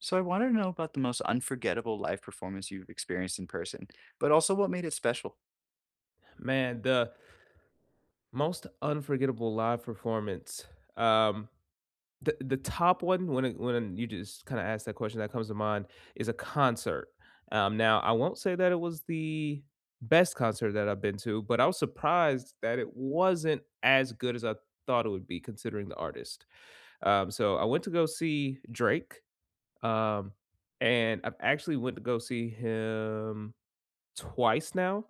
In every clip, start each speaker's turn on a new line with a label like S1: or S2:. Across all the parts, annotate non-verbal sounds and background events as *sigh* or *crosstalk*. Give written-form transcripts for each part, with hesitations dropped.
S1: So I want to know about the most unforgettable live performance you've experienced in person, but also what made it special.
S2: Man, the most unforgettable live performance. Um, the top one when you just kind of ask that question that comes to mind is a concert. Now I won't say that it was the best concert that I've been to, but I was surprised that it wasn't as good as I thought it would be, considering the artist. So I went to go see Drake, um, and I've actually went to go see him twice now.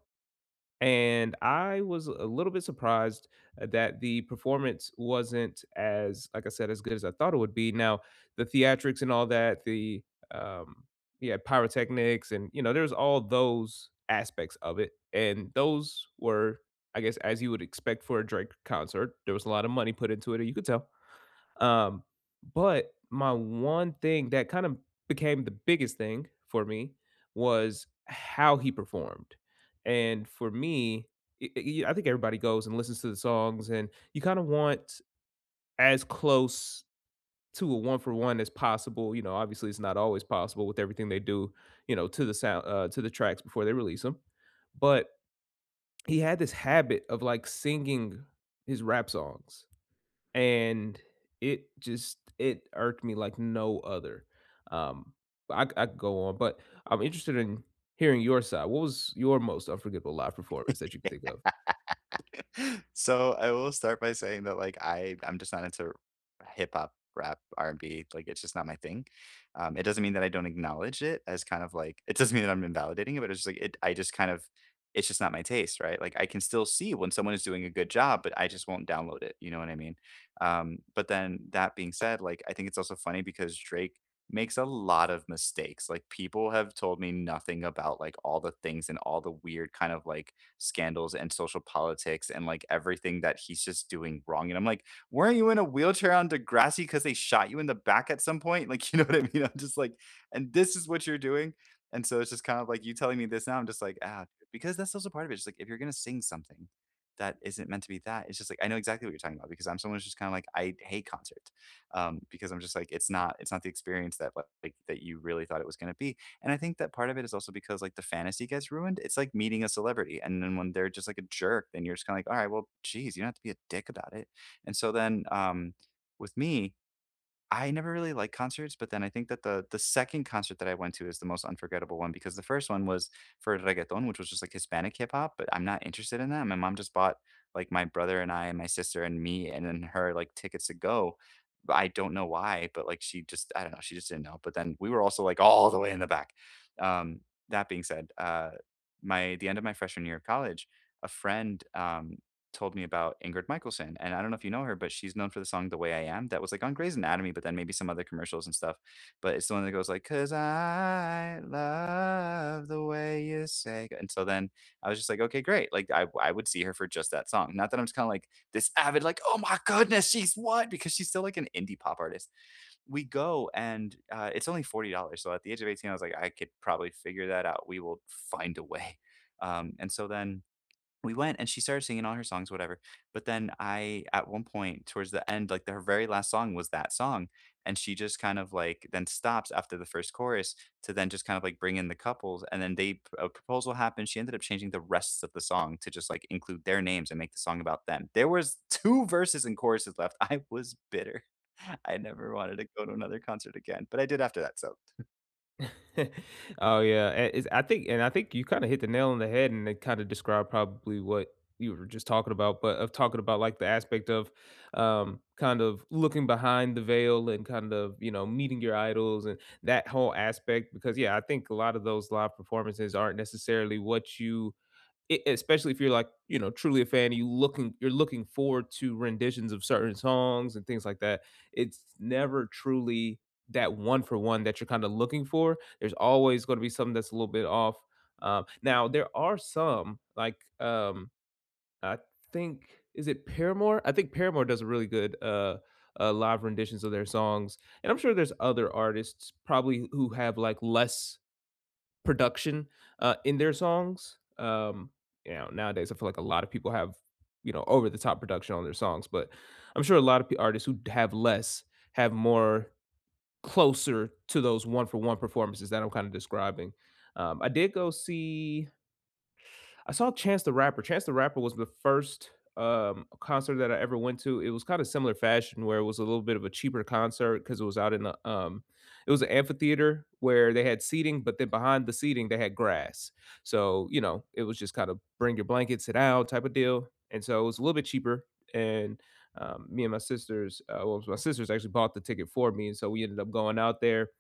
S2: And I was a little bit surprised that the performance wasn't, as like I said, as good as I thought it would be. Now, the theatrics and all that, the um yeah, pyrotechnics and there's all those aspects of it. And those were, I guess, as you would expect for a Drake concert. There was a lot of money put into it, you could tell. Um, but my one thing that kind of became the biggest thing for me was how he performed. And for me, I think everybody goes and listens to the songs, and you kind of want as close to a one for one as possible. You know, obviously, it's not always possible with everything they do. You know, to the sound, to the tracks before they release them. But he had this habit of like singing his rap songs and it just it irked me like no other. Um, I could go on, but I'm interested in hearing your side. What was your most unforgettable live performance that you could think of?
S1: *laughs* So I will start by saying that like I'm just not into hip hop, rap, R&B. Like it's just not my thing. It doesn't mean that I don't acknowledge it as kind of like, it doesn't mean that I'm invalidating it, but it's just like it I just kind of it's just not my taste, right? Like I can still see when someone is doing a good job, but I just won't download it. You know what I mean? But then that being said, like I think it's also funny because Drake makes a lot of mistakes. Like people have told me nothing about like all the things and all the weird kind of like scandals and social politics and like everything that he's just doing wrong. And I'm like, weren't you in a wheelchair on Degrassi because they shot you in the back at some point? *laughs* Like, you know what I mean? I'm just like, and this is what you're doing. And so it's just kind of like you telling me this now. I'm just like, ah, because that's also part of it. Just like if you're gonna sing something that isn't meant to be that, it's just like I know exactly what you're talking about because I'm someone who's just kind of like I hate concerts, because I'm just like it's not the experience that like that you really thought it was gonna be. And I think that part of it is also because, like, the fantasy gets ruined. It's like meeting a celebrity, and then when they're just, like, a jerk, then you're just kinda like, "Alright, well, geez, you don't have to be a dick about it." And so then, with me, I never really liked concerts, but then I think that the second concert that I went to is the most unforgettable one because the first one was for reggaeton, which was just like Hispanic hip hop, but I'm not interested in that. My mom just bought like my brother and I and my sister and me and then her like tickets to go. But I don't know why, but like she just didn't know. But then we were also like all the way in the back. Um, that being said, my the end of my freshman year of college, a friend told me about Ingrid Michaelson, and I don't know if you know her, but she's known for the song "The Way I Am" that was, like, on Grey's Anatomy, but then maybe some other commercials and stuff, but it's the one that goes like, "'Cause I love the way you say," and so then I was just like, "Okay, great," like, I would see her for just that song, not that I'm just kinda like this avid, like, "Oh my goodness, she's what?" Because she's still, like, an indie pop artist. We go and, it's only $40, so at the age of 18, I was like, "I could probably figure that out, we will find a way," and so then we went and she started singing all her songs, whatever, but then I at one point towards the end, like, her very last song was that song, and she just kind of, like, then stops after the first chorus to then just kind of, like, bring in the couples, and then they a proposal happened, she ended up changing the rest of the song to just, like, include their names and make the song about them. There was *laughs* 2 verses and choruses left. I was bitter. *laughs* I never wanted to go to another concert again, but I did after that, so,
S2: *laughs* Oh yeah, it's, I think, and I think you kind of hit the nail on the head, and it kind of described probably what you were just talking about, but of talking about like the aspect of kind of looking behind the veil and kind of meeting your idols and that whole aspect. Because yeah, I think a lot of those live performances aren't necessarily what especially if you're like truly a fan you're looking forward to renditions of certain songs and things like that. It's never truly that one for one that you're kind of looking for. There's always going to be something that's a little bit off. Now there are some like, I think, is it Paramore? I think Paramore does a really good live renditions of their songs, and I'm sure there's other artists probably who have like less production in their songs. You know, nowadays I feel like a lot of people have over the top production on their songs, but I'm sure a lot of artists who have less have more closer to those one for one performances that I'm kind of describing. I did go see I saw Chance the Rapper. Chance the Rapper was the first concert that I ever went to. It was kind of similar fashion where it was a little bit of a cheaper concert because it was out in the, it was an amphitheater where they had seating, but then behind the seating they had grass. So you know it was just kind of bring your blanket, sit down type of deal. And so it was a little bit cheaper. And me and my sisters, well, my sisters actually bought the ticket for me, and so we ended up going out there,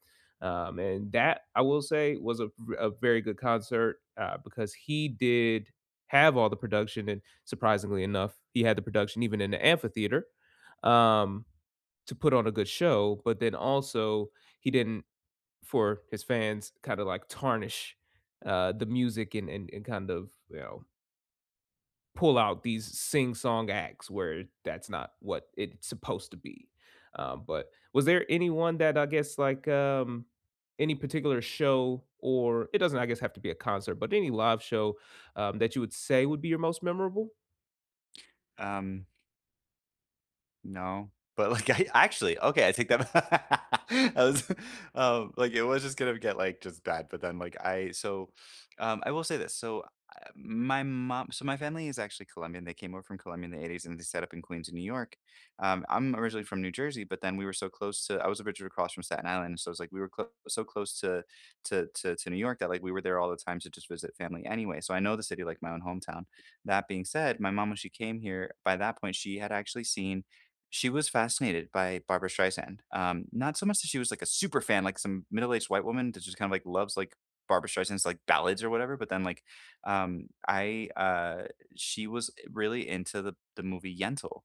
S2: and that I will say was a very good concert because he did have all the production, and surprisingly enough, he had the production even in the amphitheater, um, to put on a good show. But then also he didn't, for his fans, kind of like tarnish the music and kind of pull out these sing song acts where that's not what it's supposed to be. But was there anyone that I guess like, any particular show? Or it doesn't, I guess, have to be a concert, but any live show that you would say would be your most memorable?
S1: um no, but, like, *laughs* I actually okay, I take that. *laughs* I was, *laughs* like, it was just gonna get, like, just bad, but then, I will say this, so, my mom so my family is actually Colombian, they came over from Colombia in the '80s, and they set up in Queens, in New York. I'm originally from New Jersey, but then we were so close to I was originally across from Staten Island, so it's like we were clo so close to to New York that, like, we were there all the time to just visit family anyway, so I know the city like my own hometown. That being said, my mom, when she came here, by that point, she had actually seen she was fascinated by Barbara Streisand. Not so much that she was, like, a super fan, like some middle-aged white woman that just kinda, like, loves, like, Barbara Streisand's, like, ballads or whatever, but then, like, um, I, uh she was really into the movie Yentl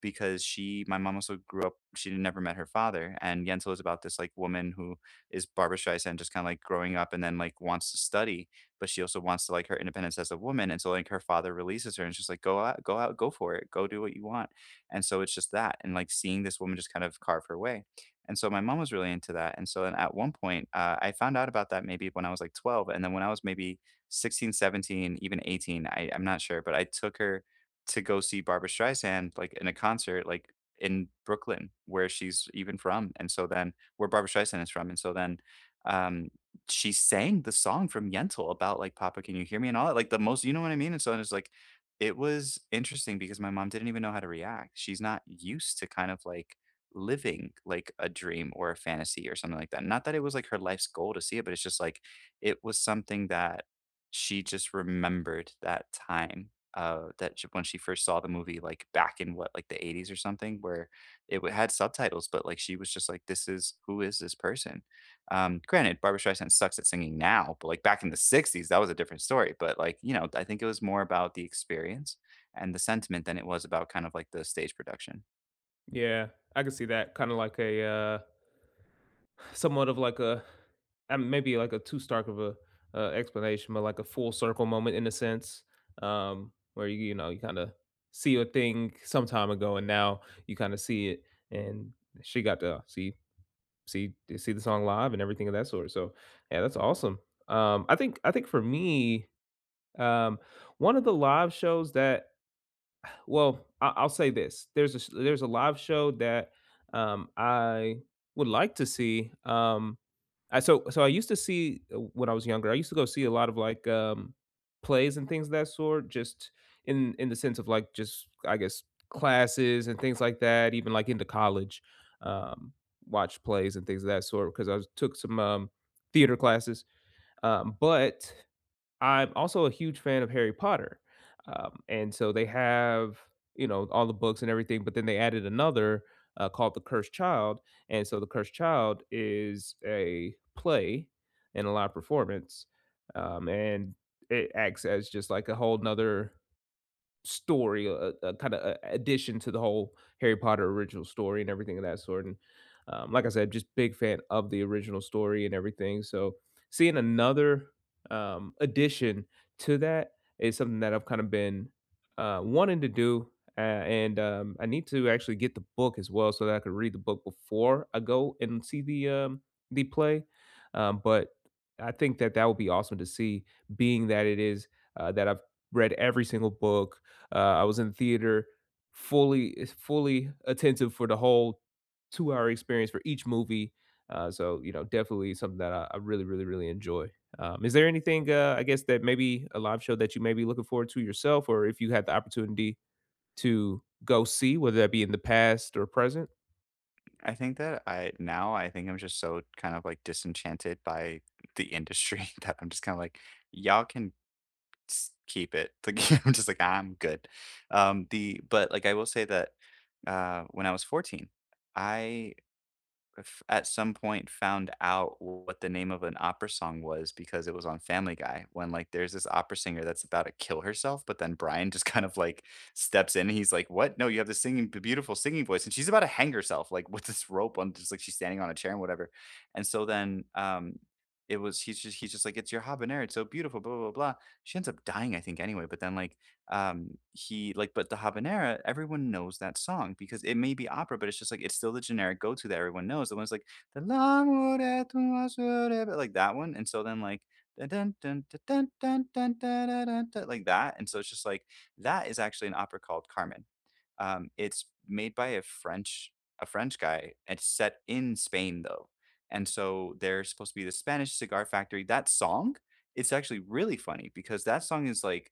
S1: because she my mom also grew up, she had never met her father, and Yentl is about this, like, woman who is Barbara Streisand just kinda, like, growing up and then, like, wants to study, but she also wants to, like, her independence as a woman, and so, like, her father releases her and she's like, "Go out, go out, go for it, go do what you want." And so it's just that, and, like, seeing this woman just kind of carve her way. And so my mom was really into that, and so then at one point, I found out about that maybe when I was, like, 12, and then when I was maybe 16, 17, even 18, I'm not sure, but I took her to go see Barbra Streisand, like, in a concert, like, in Brooklyn, where she's even from, and so then where Barbra Streisand is from, and so then, um, she sang the song from Yentl about, like, "Papa, can you hear me?" and all that, like, the most, you know what I mean? And so it's like, it was interesting because my mom didn't even know how to react. She's not used to kind of like living like a dream or a fantasy or something like that. Not that it was like her life's goal to see it, but it's just like it was something that she just remembered that time. When she first saw the movie, like back in what, like the '80s or something, where had subtitles, but like she was just like, this is who is this person? Granted, Barbra Streisand sucks at singing now, but like back in the '60s, that was a different story. But like, you know, I think it was more about the experience and the sentiment than it was about kind of like the stage production.
S2: Yeah, I can see that. Kind of like a somewhat of like a maybe like a too stark of a explanation, but like a full circle moment in a sense, where you know you kind of see a thing some time ago and now you kind of see it, and she got to see the song live and everything of that sort. So yeah, that's awesome. I think for me, um, one of the live shows that, well, I'll say this: there's there's a live show that I would like to see. I so so I used to see when I was younger, I used to go see a lot of like plays and things of that sort, just in the sense of like just, I guess, classes and things like that, even like into college, um, watch plays and things of that sort because took some theater classes. But I'm also a huge fan of Harry Potter. And so they have, you know, all the books and everything, but then they added another, called The Cursed Child. And so The Cursed Child is a play and a live performance. And it acts as just like a whole nother story, a kind of addition to the whole Harry Potter original story and everything of that sort. And like I said, just big fan of the original story and everything. So seeing another addition to that is something that I've kind of been wanting to do. And I need to actually get the book as well so that I could read the book before I go and see the the play. But I think that that would be awesome to see, being that it is that I've read every single book, I was in theater, fully attentive for the whole two-hour experience for each movie. So, you know, definitely something that I really, really, really enjoy. Is there anything, I guess, that maybe a live show that you may be looking forward to yourself, or if you had the opportunity to go see, whether that be in the past or present?
S1: I think that I think I'm just so kind of like disenchanted by the industry *laughs* that I'm just kind of like, y'all can keep it. *laughs* Like, I'm just like, I'm good. The But like I will say that, when I was 14, I f at some point found out what the name of an opera song was because it was on Family Guy when, like, there's this opera singer that's about to kill herself, but then Brian just *laughs* kind of, like, steps in and he's like, "What? No, you have this singing b beautiful singing voice, and she's about to hang herself, like, with this rope on, just like, she's standing on a chair and whatever." And so then, it was he's just like, "It's your habanero, it's so beautiful, blah, blah, blah. Blah." She ends up dying, I think, anyway, but then, like, he like but the habanera, everyone knows that song because it may be opera but it's just like it's still the generic go-to that everyone knows, the one's like, "Te l'amore tu asure-" like that one. And so then like, dun, dun, dun, dun, dun, dun, dun, dun, dun, dun, dun, like that. And so it's just like, that is actually an opera called Carmen. It's made by a french, a french guy, and it's set in Spain though. And so there's supposed to be the spanish cigar factory, that song. It's actually really funny because that song is like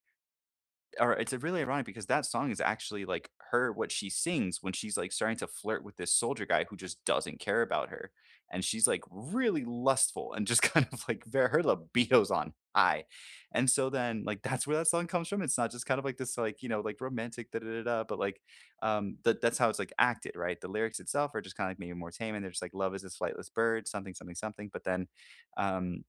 S1: or it's really ironic because that song is actually like her, what she sings when she's like starting to flirt with this soldier guy who just doesn't care about her, and she's like really lustful and just, *laughs* kind of like, her libido's on high. And so then like, that's where that song comes from. It's not just kind of like this, like, you know, like romantic da da da da, but like, that that's how it's like acted, right? The lyrics itself are just kind of like maybe more tame and they're just like, love is this flightless bird, something, something, something. But then, um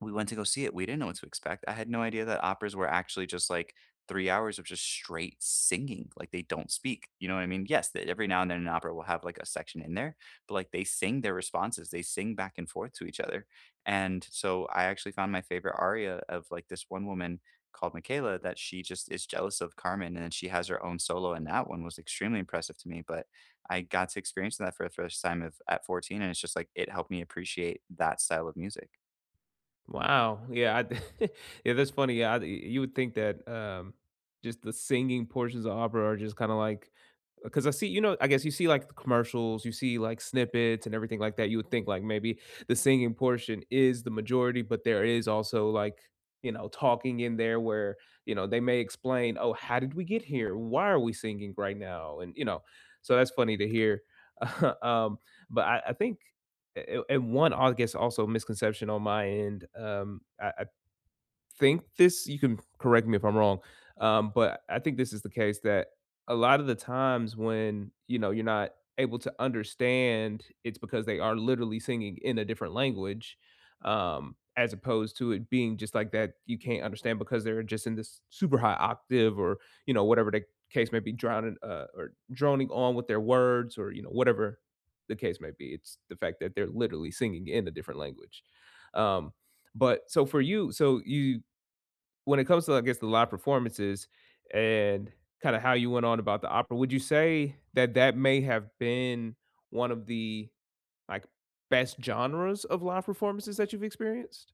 S1: we went to go see it, we didn't know what to expect. I had no idea that operas were actually just, like, 3 hours of just straight singing, like, they don't speak, you know what I mean? Yes, that every now and then an opera will have, like, a section in there, but, like, they sing their responses, they sing back and forth to each other, and so I actually found my favorite aria of, like, this one woman called Michaela, that she just is jealous of Carmen, and then she has her own solo, and that one was extremely impressive to me, but I got to experience that for the first time of at 14, and it's just like, it helped me appreciate that style of music.
S2: Wow. Yeah, I *laughs* yeah, that's funny. Yeah, I, you would think that just the singing portions of opera are just kind of like, because I see, you know, I guess you see like the commercials, you see like snippets and everything like that. You would think like maybe the singing portion is the majority, but there is also like, you know, talking in there where you know they may explain, oh, how did we get here? Why are we singing right now? And you know, so that's funny to hear. *laughs* um, I think a and one, I guess, also misconception on my end, I think this, you can correct me if I'm wrong, but I think this is the case that a lot of the times when, you know, you're not able to understand, it's because they are literally singing in a different language, as opposed to it being just like that you can't understand because they're just in this super high octave or, you know, whatever the case may be, drowning or droning on with their words or, you know, whatever the case may be. It's the fact that they're literally singing in a different language. Um, but so for you, so you, when it comes to, I guess, the live performances and kind of how you went on about the opera, would you say that that may have been one of the like best genres of live performances that you've experienced?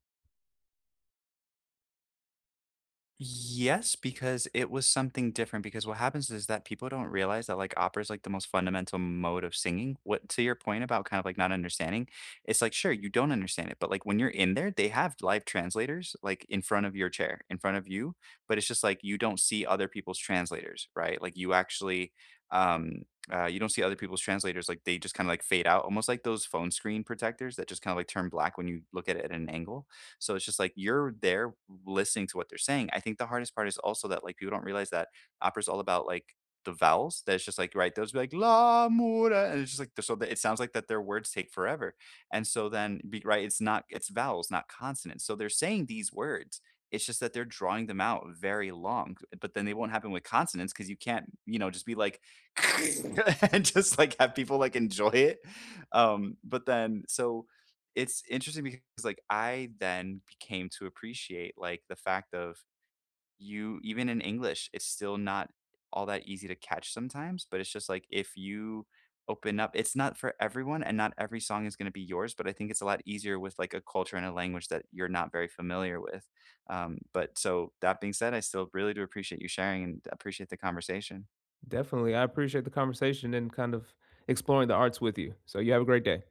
S1: Yes, because it was something different, because what happens is that people don't realize that, like, opera is, like, the most fundamental mode of singing. What To your point about kind of, like, not understanding, it's like, sure, you don't understand it, but, like, when you're in there, they have live translators, like, in front of your chair, in front of you, but it's just like you don't see other people's translators, right? Like, you actually, um, you don't see other people's translators, like, they just kinda, like, fade out, almost like those phone screen protectors that just kinda, like, turn black when you look at it at an angle. So it's just like you're there listening to what they're saying. I think the hardest part is also that like people don't realize that opera's all about like the vowels, that it's just like, right, those be like la mura, and it's just like, so that it sounds like that, their words take forever. And so then, be right, it's not, it's vowels not consonants, so they're saying these words, it's just that they're drawing them out very long. But then they won't happen with consonants because you can't, you know, just be like *laughs* and just like have people like enjoy it. But then so it's interesting because, like, I then became to appreciate, like, the fact of, you even in English, it's still not all that easy to catch sometimes, but it's just like if you open up, it's not for everyone and not every song is gonna be yours, but I think it's a lot easier with, like, a culture and a language that you're not very familiar with, but so that being said, I still really do appreciate you sharing and appreciate the conversation.
S2: Definitely. I appreciate the conversation and kind of exploring the arts with you. So you have a great day.